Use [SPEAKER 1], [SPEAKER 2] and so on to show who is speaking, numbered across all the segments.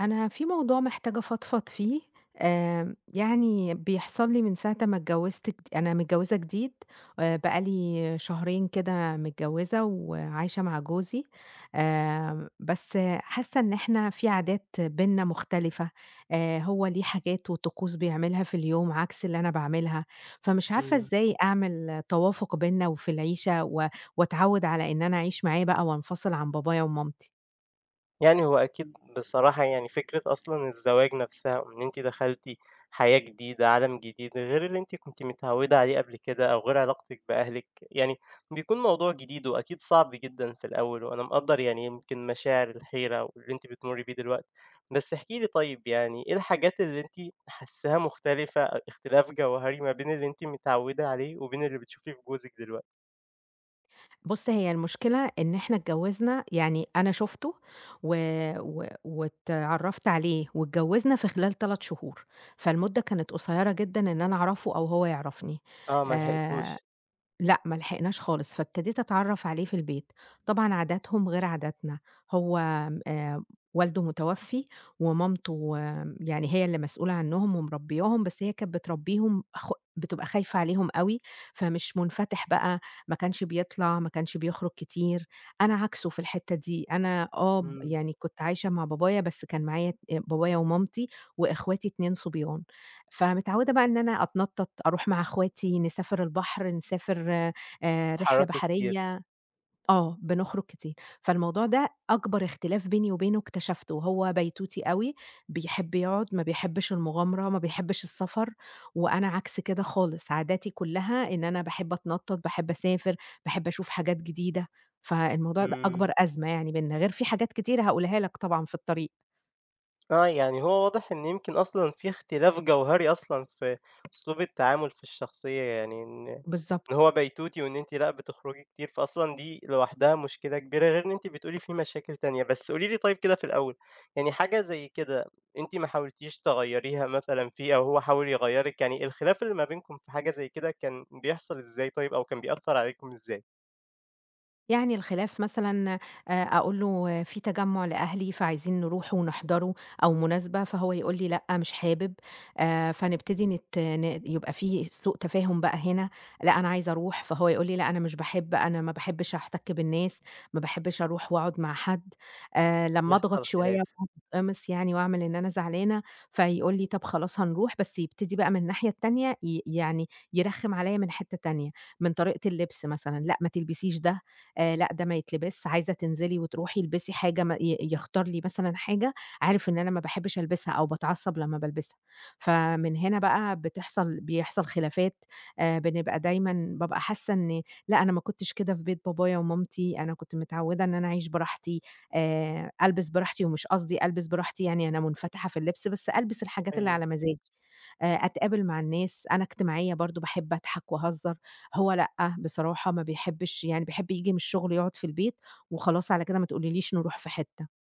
[SPEAKER 1] أنا في موضوع محتاجة أفضفض فيه، يعني بيحصل لي من ساعة ما اتجوزت أنا متجوزة جديد، بقى لي شهرين كده متجوزة وعايشة مع جوزي، بس حاسة إن إحنا في عادات بيننا مختلفة، هو ليه حاجات وطقوس بيعملها في اليوم عكس اللي أنا باعملها، فمش عارفة
[SPEAKER 2] إمم،
[SPEAKER 1] إزاي أعمل توافق بيننا وفي العيشة و وأتعود على إن أنا أعيش معاه بقى وأنفصل عن بابايا ومامتي.
[SPEAKER 2] يعني هو أكيد بصراحة يعني فكرة أصلًا الزواج نفسها، وإن أنتِ دخلتِ حياة جديدة، عالم جديد، غير اللي أنتِ كنتِ متعودة عليه قبل كده، أو غير علاقتِك بأهلِك، يعني بيكون موضوع جديد وأكيد صعب جدًا في الأول، وأنا مقدّر يعني يمكن مشاعر الحيرة واللي أنتِ بتمري بيه دلوقتي، بس احكي لي طيب يعني إيه الحاجات اللي أنتِ حاساها مختلفة، اختلاف جوهري ما بين اللي أنتِ متعودة عليه وبين اللي بتشوفيه في جوزِك دلوقتي؟
[SPEAKER 1] بُص، هي المشكلة إن إحنا اتجوّزنا يعني أنا شُفته و و واتعرّفت عليه واتجوّزنا في خلال 3 شهور، فالمدة كانت قصيّرة جدًا إن أنا أعرفه أو هو يعرفني.
[SPEAKER 2] آه، ما لحقتوش،
[SPEAKER 1] آآ لأ، ما لحقناش خالص، فابتديت أتعرّف عليه في البيت، طبعًا عاداتهم غير عاداتنا، هو م والده متوفّي ومامته يعني هي اللي مسؤولة عنّهم ومربّياهم، بس هي كانت بتربّيهم بتبقى خايفة عليهم أوي، فمش منفتح بقى، ما كانش بيطلع، ما كانش بيخرج كتير، أنا عكسه في الحتّة دي، أنا آه، ب
[SPEAKER 2] إمم،
[SPEAKER 1] يعني كنت عايشة مع بابايا، بس كان معايا بابايا ومامتي وإخواتي 2 صُبيان. فمتعودة بقى إن أنا أتنطّط، أروح مع أخواتي نسافر البحر، نسافر رحلة
[SPEAKER 2] بتتحركي كتير،
[SPEAKER 1] بحرية آه، بنخرج كتير. فالموضوع ده أكبر اختلاف بيني وبينه اكتشفته، هو بيتوتي أوي، بيحب يقعد، ما بيحبّش المغامرة، ما بيحبّش السفر، وأنا عكس كده خالص، عاداتي كلّها إن أنا باحب أتنطّط، باحب أسافر، باحب أشوف حاجات جديدة، فالموضوع ده
[SPEAKER 2] إمم.
[SPEAKER 1] أكبر أزمة يعني بيننا، غير في حاجات كتير هاقولها لك طبعًا في الطريق.
[SPEAKER 2] آه، يعني هو واضح إن يمكن أصلًا في اختلاف جوهري أصلًا في أسلوب التعامل في الشخصية، يعني إن
[SPEAKER 1] بالضبط.
[SPEAKER 2] إن هو بيتوتي وإن أنتِ لأ، بتخرجي كتير، فأصلًا دي لوحدها مشكلة كبيرة، غير إن أنتِ بتقولي في مشاكل تانية. بس قولي لي طيب كده في الأول، يعني حاجة زي كده أنتِ ما حاولتيش تغيّريها مثلًا فيه أو هو حاول يغيّرِك؟ يعني الخلاف اللي ما بينكم في حاجة زي كده كان بيحصل إزاي طيب أو كان بيأثّر عليكم إزاي؟
[SPEAKER 1] يعني الخلاف مثلًا أقول له في تجمُّع لأهلي فعايزين نروحه ونحضره أو مناسبة، فهو يقول لي: "لأ، مش حابب." فنبتدي نت ن يبقى في سوء تفاهم بقى هنا، لأ، أنا عايز أروح، فهو يقول لي: "لأ، أنا مش باحب، أنا ما باحبش أحتَك بالناس، ما باحبش أروح وأقعد مع حد." لمّا
[SPEAKER 2] بيحصل
[SPEAKER 1] أضغط شوية
[SPEAKER 2] خلاف،
[SPEAKER 1] وأقعد أتقمص يعني وأعمل إن أنا زعلانة، فيقول لي: "طَب خلاص هنروح." بس يبتدي بقى من الناحية التانية يعني يرخِّم عليّا من حتّة تانية، من طريقة اللبس مثلًا، لأ، ما تلبسيش ده، لأ ده ما يتلبسش، عايزة تنزلي وتروحي البسي حاجة ما يختار لي مثلًا حاجة عارف إن أنا ما باحبش ألبسها أو باتعصب لمّا بالبسها، فمن هنا بقى بيحصل خلافات، دايمًا بابقى حاسة إن لأ أنا ما كنتش كده في بيت بابايا ومامتي، أنا كنت متعودة إن أنا أعيش براحتي، ألبس براحتي ومش قصدي ألبس براحتي يعني أنا منفتحة في اللبس، بس ألبس الحاجات اللي
[SPEAKER 2] أيوه.
[SPEAKER 1] على مزاجي، أتقابل مع الناس، أنا اجتماعية برضه باحب أضحك وأهزر. هو لأ، بصراحة ما بيحبّش يعني بيحب ييجي من الشغل يقعد في البيت وخلاص على كده ما تقوليليش نروح في حتّة.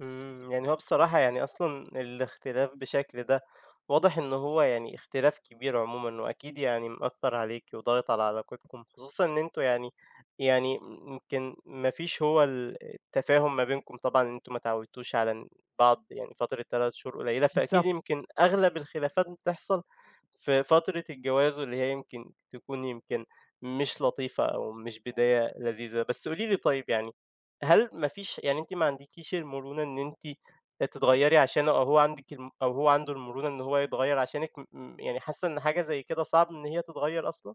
[SPEAKER 2] إمم، يعني هو بصراحة يعني أصلًا الاختلاف بشكل ده واضح إن هو يعني اختلاف كبير عمومًا، وأكيد يعني مأثّر عليكِ وضاغط على علاقتكم، خصوصًا إن أنتم يعني يعني يمكن ما فيش هو التفاهم ما بينكم طبعًا، إن أنتم ما اتعودتوش على بعض يعني فترة 3 شهور قليلة، فأكيد
[SPEAKER 1] بالضبط.
[SPEAKER 2] يمكن أغلب الخلافات بتحصل في فترة الجواز، واللي هي يمكن تكون يمكن مش لطيفة أو مش بداية لذيذة. بس قولي لي طيب يعني هل ما فيش يعني أنتِ ما عندكيش المرونة إن أنتِ تتغيّري عشانه أو هو عندِك الم أو هو عنده المرونة إن هو يتغيّر عشانِك م م يعني حاسة إن حاجة زي كده صعب إن هي تتغيّر أصلًا؟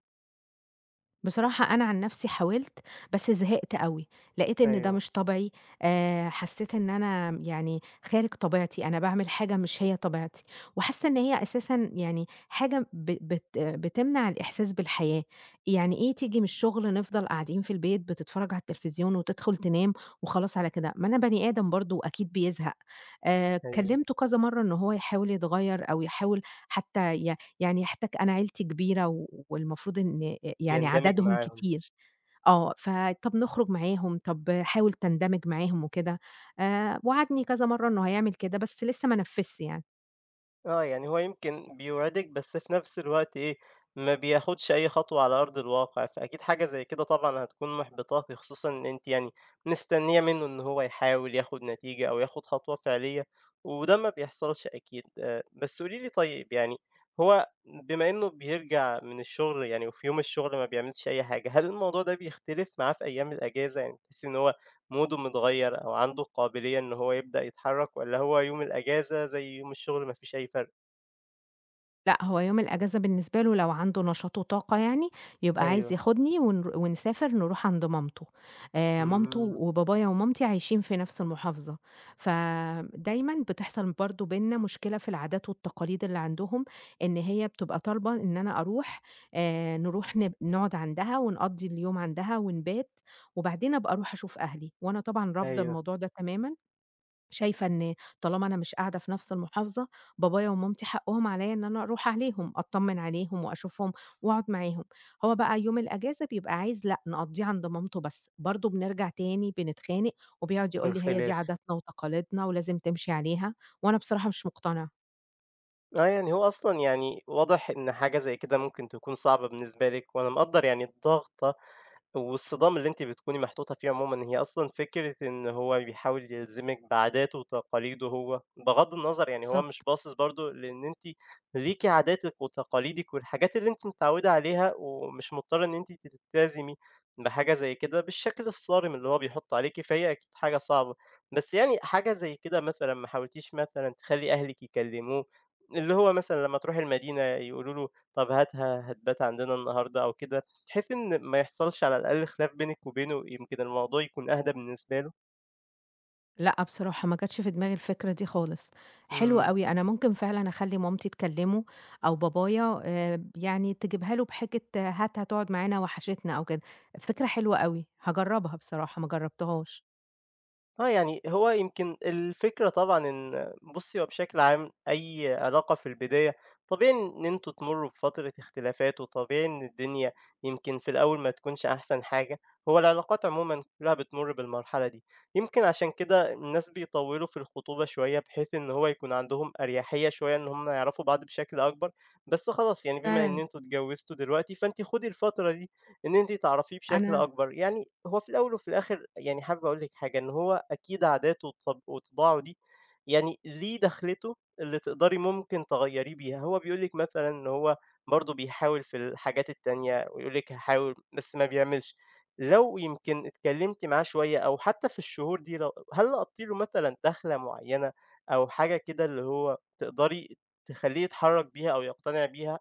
[SPEAKER 1] بصراحة أنا عن نفسي حاولت، بس زهقت أوي، لقيت إن ده
[SPEAKER 2] أيوه،
[SPEAKER 1] مش طبعي، حسيت إن أنا يعني خارج طبيعتي، أنا باعمل حاجة مش هي طبيعتي، وحاسة إن هي أساسًا يعني حاجة ب بت بتمنع الإحساس بالحياة، يعني إيه تيجي من الشغل نفضل قاعدين في البيت بتتفرج على التلفزيون وتدخل تنام وخلاص على كده، ما أنا بني آدم برضه وأكيد بيزهق،
[SPEAKER 2] أيوه.
[SPEAKER 1] كلمته كذا مرة إن هو يحاول يتغير أو يحاول حتى ي يعني حتّى أنا عيلتي كبيرة و والمفروض إن يعني
[SPEAKER 2] يندمج
[SPEAKER 1] عددهم
[SPEAKER 2] معاهم.
[SPEAKER 1] كتير، آه، فطَب نخرج معاهم، طَب حاول تندمج معاهم وكده، وعدني كذا مرّة إنه هيعمل كده، بس لسه ما نفّذش يعني.
[SPEAKER 2] آه، يعني هو يمكن بيوعدِك بس في نفس الوقت إيه، ما بياخدش أي خطوة على أرض الواقع، فأكيد حاجة زي كده طبعًا هتكون محبطاكِ، خصوصًا إن أنتِ يعني مستنية منه إن هو يحاول ياخد نتيجة أو ياخد خطوة فعلية، وده ما بيحصلش أكيد. بس قولي لي طيب يعني هو بما إنه بيرجع من الشغل يعني وفي يوم الشغل ما بيعملش أي حاجة، هل الموضوع ده بيختلف معاه في أيام الأجازة؟ يعني بتحسي إن هو موده متغير أو عنده القابلية إن هو يبدأ يتحرك، والّا هو يوم الأجازة زي يوم الشغل ما فيش أي فرق؟
[SPEAKER 1] لأ، هو يوم الأجازة بالنسبة له لو عنده نشاط وطاقة يعني، يبقى عايز
[SPEAKER 2] أيوه،
[SPEAKER 1] ياخدني ونسافر نروح عند مامته. مامته
[SPEAKER 2] إمم،
[SPEAKER 1] وبابايا ومامتي عايشين في نفس المحافظة، فدايمًا بتحصل برضه بيننا مشكلة في العادات والتقاليد اللي عندهم، إن هي بتبقى طالبة إن أنا أروح نروح نقعد عندها ونقضّي اليوم عندها ونبات، وبعدين أبقى أروح أشوف أهلي، وأنا طبعًا رافضة
[SPEAKER 2] أيوه،
[SPEAKER 1] الموضوع ده تمامًا. شايفة إن طالما أنا مش قاعدة في نفس المحافظة، بابايا ومامتي حقهم عليّا إن أنا أروح عليهم، أطمن عليهم وأشوفهم وأقعد معاهم. هو بقى يوم الأجازة بيبقى عايز لأ، نقضّيه عند مامته بس، برضه بنرجع تاني بنتخانق، وبيقعد يقول لي: "هي دي
[SPEAKER 2] الخلاف.
[SPEAKER 1] عاداتنا وتقاليدنا ولازم تمشي عليها." وأنا بصراحة مش مقتنعة.
[SPEAKER 2] آه، يعني هو أصلًا يعني واضح إن حاجة زي كده ممكن تكون صعبة بالنسبة لِك، وأنا مقدّر يعني الضغطة والصدام اللي أنتِ بتكوني محطوطة فيه عمومًا، هي أصلًا فكرة إن هو بيحاول يلزمِك بعاداته وتقاليده هو، بغض النظر يعني هو مش
[SPEAKER 1] بالضبط.
[SPEAKER 2] باصص برضه لإن أنتِ ليكِ عاداتِك وتقاليدِك والحاجات اللي أنتِ متعودة عليها، ومش مضطرة إن أنتِ تلتزمي بحاجة زي كده بالشكل الصارم اللي هو بيحطه عليكِ، فهي أكيد حاجة صعبة. بس يعني حاجة زي كده مثلًا ما حاولتيش مثلًا تخلّي أهلِك يكلموه، اللي هو مثلًا لمّا تروحي المدينة يقولوا له طب هاتها هتبات عندنا النهارده أو كده؟ بحيث إن ما يحصلش على الأقل خلاف بينِك وبينه، يمكن الموضوع يكون أهدى بالنسبة له.
[SPEAKER 1] لأ، بصراحة ما جاتش في دماغي الفكرة دي خالص، حلو
[SPEAKER 2] إمم.
[SPEAKER 1] أوي، أنا ممكن فعلًا أخلّي مامتي تكلّمه أو بابايا يعني تجيبها له بحجة آه، هات هتقعد معانا وحشتنا أو كده، فكرة حلوة أوي، هاجرّبها بصراحة ما جرّبتهاش،
[SPEAKER 2] آه، يعني هو يمكن الفكرة طبعًا إن بُصّي، هو بشكل عام أي علاقة في البداية طبيعي إن أنتم تمرّوا بفترة اختلافات، وطبيعي إن الدنيا يمكن في الأول ما تكونش أحسن حاجة، هو العلاقات عمومًا كلّها بتمُر بالمرحلة دي، يمكن عشان كده الناس بيطوّلوا في الخطوبة شوية بحيث إن هو يكون عندهم أريحية شوية إن هم يعرفوا بعض بشكل أكبر، بس خلاص يعني بما إن
[SPEAKER 1] فعلًا.
[SPEAKER 2] أنتم اتجوّزتوا دلوقتي، فأنتِ خُدي الفترة دي إن أنتِ تعرفيه بشكل
[SPEAKER 1] أنا
[SPEAKER 2] أكبر، يعني هو في الأول وفي الآخر يعني حابب أقول لِك حاجة، إن هو أكيد عاداته وطباعه دي يعني ليه دخلته اللي تقدري ممكن تغيّريه بيها، هو بيقول لِك مثلًا إن هو برضه بيحاول في الحاجات التانية ويقول لِك هاحاول بس ما بيعملش، لو يمكن اتكلمتِ معاه شوية أو حتى في الشهور دي هل لقطتِ له مثلًا دخلة معيّنة أو حاجة كده اللي هو تقدري تخلّيه يتحرك بيها أو يقتنع بيها؟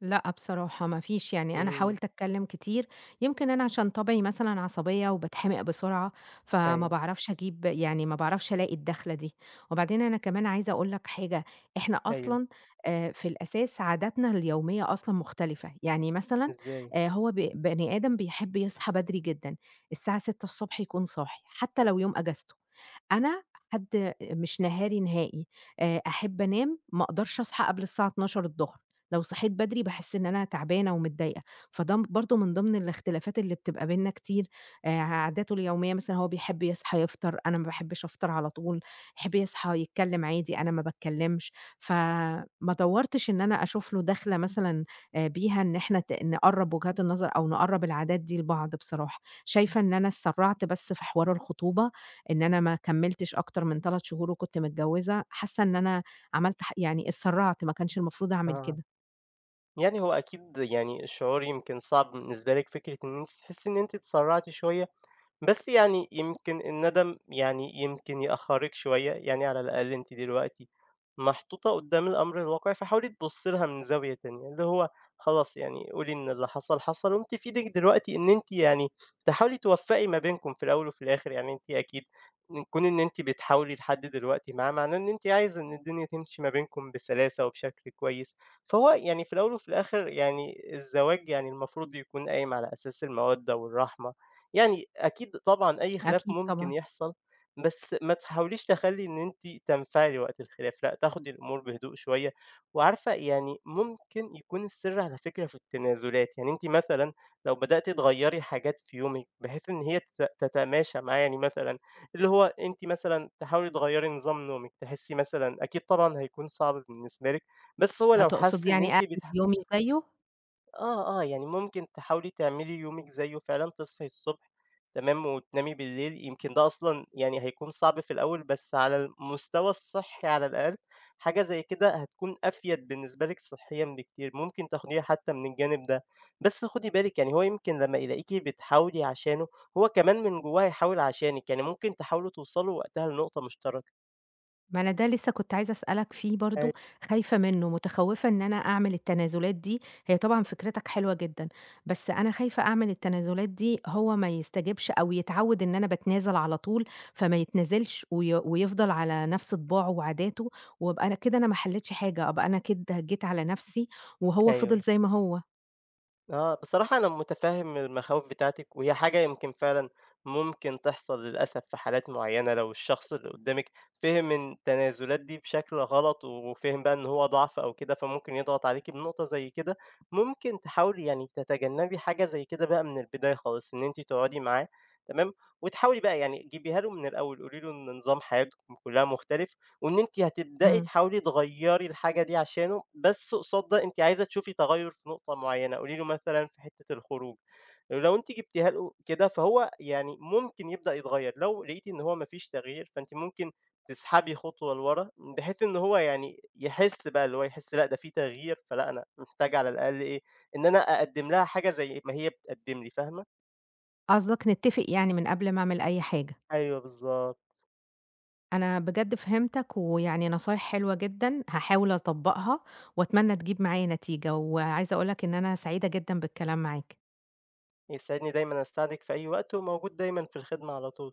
[SPEAKER 1] لأ بصراحة ما فيش، يعني أنا
[SPEAKER 2] إمم،
[SPEAKER 1] حاولت أتكلّم كتير، يمكن أنا عشان طبعي مثلًا عصبية وباتحمق بسرعة، فما
[SPEAKER 2] أيوه،
[SPEAKER 1] باعرفش أجيب يعني ما باعرفش ألاقي الدخلة دي، وبعدين أنا كمان عايزة أقول لك حاجة، إحنا
[SPEAKER 2] أيوه،
[SPEAKER 1] أصلًا في الأساس عاداتنا اليومية أصلًا مختلفة، يعني مثلًا
[SPEAKER 2] إزاي؟
[SPEAKER 1] هو بني آدم بيحب يصحى بدري جدًا، الساعة 6:00 يكون صاحي، حتى لو يوم أجازته. أنا حد مش نهاري نهائي، أحب أنام ما أقدرش أصحى قبل الساعة 12:00، لو صحيت بدري باحس إن أنا تعبانة ومتضايقة، فده برضه من ضمن الاختلافات اللي بتبقى بيننا كتير، عاداته اليومية مثلًا هو بيحب يصحى يفطر، أنا ما باحبش أفطر على طول، يحب يصحى يتكلم عادي، أنا ما باتكلمش، فما دوّرتش إن أنا أشوف له دخلة مثلًا بيها إن إحنا نقرّب وجهات النظر أو نقرّب العادات دي لبعض بصراحة، شايفة إن أنا اتسرعت بس في حوار الخطوبة إن أنا ما كمّلتش أكتر من 3 شهور وكنت متجوّزة، حاسة إن أنا عملت يعني اتسرّعت، ما كانش المفروض أعمل
[SPEAKER 2] آه.
[SPEAKER 1] كده.
[SPEAKER 2] يعني هو أكيد يعني الشعور يمكن صعب بالنسبة لِك، فكرة إن أنتِ تحسّي إن أنتِ اتسرّعتِ شوية بس يعني يمكن الندم يعني يمكن يأخّرِك شوية، يعني على الأقل أنتِ دلوقتي محطوطة قدّام الأمر الواقعي، فحاولي تبُصّي لها من زاوية تانية، اللي هو خلاص يعني قولي إن اللي حصل، حصل وأنتِ في إيدِك دلوقتي إن أنتِ يعني تحاولي توفّقي ما بينكم في الأول وفي الآخر، يعني أنتِ أكيد إن كون إن أنتِ بتحاولي لحد دلوقتي معاه، معناه إن أنتِ عايزة إن الدنيا تمشي ما بينكم بسلاسة وبشكل كويس، فهو يعني في الأول وفي الآخر يعني الزواج يعني المفروض يكون قايم على أساس المَوَدّة والرحمة. يعني أكيد طبعًا أي خلاف
[SPEAKER 1] أكيد
[SPEAKER 2] ممكن
[SPEAKER 1] طبعًا.
[SPEAKER 2] يحصل، بس ما تحاوليش تخلّي إن أنتِ تنفعلي وقت الخلاف، لأ تاخدي الأمور بهدوء شوية، وعارفة يعني ممكن يكون السر على فكرة في التنازلات، يعني أنتِ مثلًا لو بدأتِ تغيّري حاجات في يومِك بحيث إن هي تتماشى معاه، يعني مثلًا اللي هو أنتِ مثلًا تحاولي تغيّري نظام نومِك، تحسي مثلًا أكيد طبعًا هيكون صعب بالنسبة لِك، بس هو لو
[SPEAKER 1] هتقصد
[SPEAKER 2] حس إن
[SPEAKER 1] يعني
[SPEAKER 2] أنتِ
[SPEAKER 1] أقلب يومي زيّه؟
[SPEAKER 2] آه، آه، يعني ممكن تحاولي تعملي يومِك زيه فعلًا، تصحي الصبح تمام، وتنامي بالليل، يمكن ده أصلًا يعني هيكون صعب في الأول، بس على المستوى الصحي على الأقل حاجة زي كده هتكون أفيد بالنسبة لِك صحيًا بكتير، ممكن تاخديها حتى من الجانب ده. بس خدي بالِك يعني هو يمكن لمّا يلاقيكِ بتحاولي عشانه، هو كمان من جواه هيحاول عشانِك، يعني ممكن تحاولوا توصلوا وقتها لنقطة مشتركة.
[SPEAKER 1] ما أنا ده لسه كنت عايزة أسألك فيه
[SPEAKER 2] أيوه.
[SPEAKER 1] برضه، خايفة منّه، متخوّفة إن أنا أعمل التنازلات دي، هي طبعًا فكرتك حلوة جدًا، بس أنا خايفة أعمل التنازلات دي هو ما يستجبش أو يتعوّد إن أنا باتنازل على طول، فما يتنازلش ويفضل على نفْس طباعه وعاداته، وأبقى أنا كده أنا ما حليتش حاجة، أبقى أنا كده جيت على نفْسي وهو فضل
[SPEAKER 2] أيوه.
[SPEAKER 1] زي ما هو.
[SPEAKER 2] آه، بصراحة أنا متفهم المخاوف بتاعتِك، وهي حاجة يمكن فعلًا ممكن تحصل للأسف في حالات معينة، لو الشخص اللي قدامِك فهم إن التنازلات دي بشكل غلط، وفهم بقى إن هو ضعف أو كده، فممكن يضغط عليكِ بنقطة زي كده. ممكن تحاولي يعني تتجنبي حاجة زي كده بقى من البداية خالص، إن أنتِ تقعدي معاه تمام، وتحاولي بقى يعني جيبيها له من الأول، قولي له إن نظام حياتكم كلها مختلف وإن أنتِ هتبدئي
[SPEAKER 1] إمم.
[SPEAKER 2] تحاولي تغيّري الحاجة دي عشانه، بس قصاد ده أنتِ عايزة تشوفي تغيُّر في نقطة معيّنة، قولي له مثلًا في حتّة الخروج، لو أنتِ جبتيها له كده فهو يعني ممكن يبدأ يتغيّر، لو لقيتِ إن هو ما فيش تغيير فأنتِ ممكن تسحبي خطوة لورا، بحيث إن هو يعني يحس بقى اللي هو يحس لأ ده في تغيير، فلأ أنا محتاج على الأقل إيه، إن أنا أقدّم لها حاجة زي ما هي بتقدّم لي، فاهمة؟
[SPEAKER 1] قصدك نتّفق يعني من قبل ما أعمل أي حاجة.
[SPEAKER 2] أيوه بالضبط،
[SPEAKER 1] أنا بجد فهمتك، ويعني نصايح حلوة جدًا هاحاول أطبّقها، وأتمنى تجيب معايا نتيجة، وعايزة أقول لك إن أنا سعيدة جدًا بالكلام معاك.
[SPEAKER 2] يسعدني دايمًا أساعدِك في أي وقت وموجود دايمًا في الخدمة على طول.